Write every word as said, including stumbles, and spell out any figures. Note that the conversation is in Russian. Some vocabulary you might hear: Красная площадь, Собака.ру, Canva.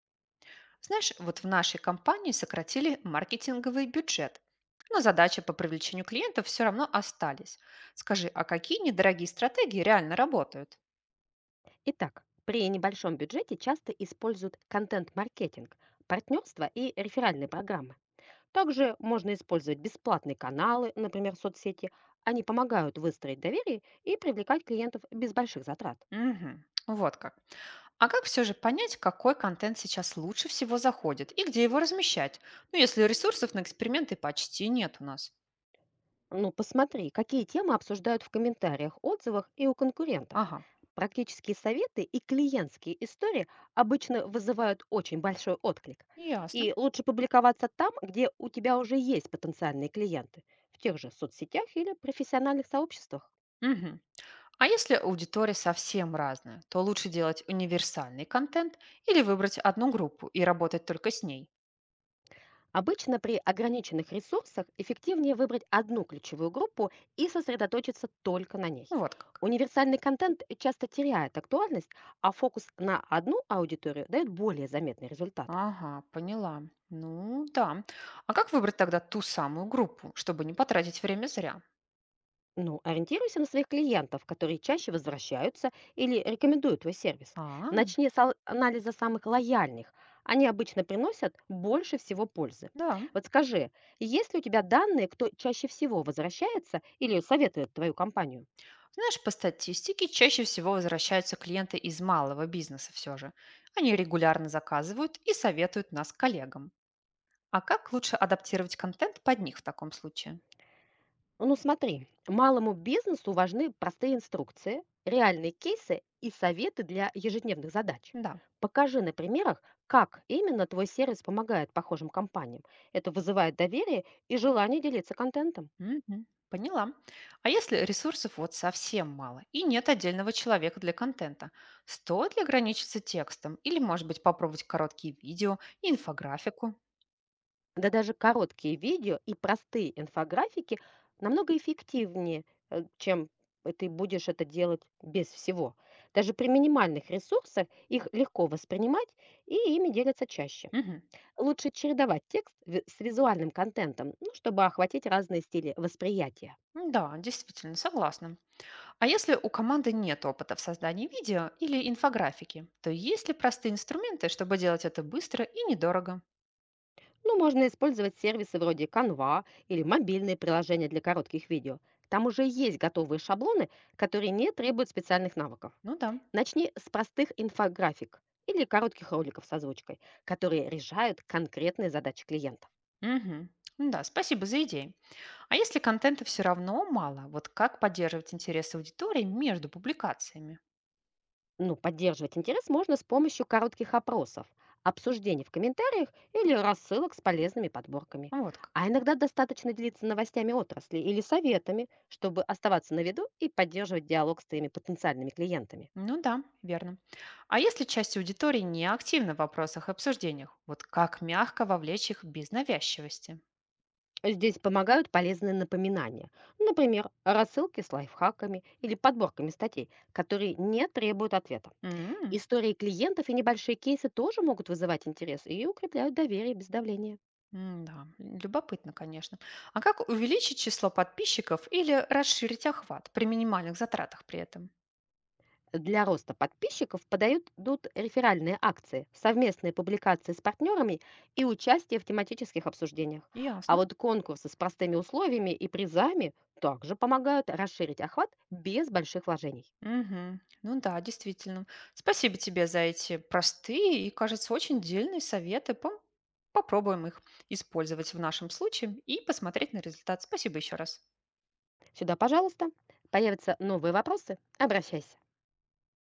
Знаешь, вот в нашей компании сократили маркетинговый бюджет, но задачи по привлечению клиентов все равно остались. Скажи, а какие недорогие стратегии реально работают? Итак, при небольшом бюджете часто используют контент-маркетинг, партнерства и реферальные программы. Также можно использовать бесплатные каналы, например, соцсети. Они помогают выстроить доверие и привлекать клиентов без больших затрат. Мгм. Вот как. А как все же понять, какой контент сейчас лучше всего заходит и где его размещать? Ну, если ресурсов на эксперименты почти нет у нас. Ну, посмотри, какие темы обсуждают в комментариях, отзывах и у конкурентов. Ага, Практические советы и клиентские истории обычно вызывают очень большой отклик. ясно. И лучше публиковаться там, где у тебя уже есть потенциальные клиенты, в тех же соцсетях или профессиональных сообществах. Мгм. А если аудитория совсем разная, то лучше делать универсальный контент или выбрать одну группу и работать только с ней? Обычно при ограниченных ресурсах эффективнее выбрать одну ключевую группу и сосредоточиться только на ней. Вот как. Универсальный контент часто теряет актуальность, а фокус на одну аудиторию дает более заметный результат. Ага, поняла. Ну да. А как выбрать тогда ту самую группу, чтобы не потратить время зря? Ну, ориентируйся на своих клиентов, которые чаще возвращаются или рекомендуют твой сервис. А, Начни с ал- анализа самых лояльных. Они обычно приносят больше всего пользы. да. Вот скажи, есть ли у тебя данные, кто чаще всего возвращается или советует твою компанию? Знаешь, по статистике чаще всего возвращаются клиенты из малого бизнеса все же. Они регулярно заказывают и советуют нас коллегам. А как лучше адаптировать контент под них в таком случае? Ну смотри, малому бизнесу важны простые инструкции, реальные кейсы и советы для ежедневных задач. Да. Покажи на примерах, как именно твой сервис помогает похожим компаниям. Это вызывает доверие и желание делиться контентом. Мгм. Поняла. А если ресурсов вот совсем мало и нет отдельного человека для контента, стоит ли ограничиться текстом или, может быть, попробовать короткие видео и инфографику? Да даже короткие видео и простые инфографики намного эффективнее, э, чем ты будешь это делать без всего. Даже при минимальных ресурсах их легко воспринимать и ими делятся чаще. Мгм. Лучше чередовать текст ви- с визуальным контентом, ну, чтобы охватить разные стили восприятия. М, да, действительно, согласна. А если у команды нет опыта в создании видео или инфографики, то есть ли простые инструменты, чтобы делать это быстро и недорого? Ну, можно использовать сервисы вроде Canva или мобильные приложения для коротких видео. Там уже есть готовые шаблоны, которые не требуют специальных навыков. Ну да. Начни с простых инфографик или коротких роликов с озвучкой, которые решают конкретные задачи клиента. Мгм. М, да, спасибо за идеи. А если контента все равно мало, вот как поддерживать интерес аудитории между публикациями? Ну, поддерживать интерес можно с помощью коротких опросов, обсуждений в комментариях или рассылок с полезными подборками. А, вот как. А иногда достаточно делиться новостями отрасли или советами, чтобы оставаться на виду и поддерживать диалог с твоими потенциальными клиентами. Ну да, верно. А если часть аудитории не активна в вопросах и обсуждениях, вот как мягко вовлечь их без навязчивости? Здесь помогают полезные напоминания. Например, рассылки с лайфхаками или подборками статей, которые не требуют ответа. М, Истории клиентов и небольшие кейсы тоже могут вызывать интерес и укрепляют доверие без давления. м, да, любопытно, конечно. А как увеличить число подписчиков или расширить охват при минимальных затратах при этом? Для роста подписчиков подают дут реферальные акции, совместные публикации с партнерами и участие в тематических обсуждениях. А Ясно. вот конкурсы с простыми условиями и призами также помогают расширить охват без больших вложений. Мгм. Ну да, действительно. Спасибо тебе за эти простые и, кажется, очень дельные советы. Пом- Попробуем их использовать в нашем случае и посмотреть на результат. Спасибо еще раз. Сюда, пожалуйста, появятся новые вопросы, обращайся.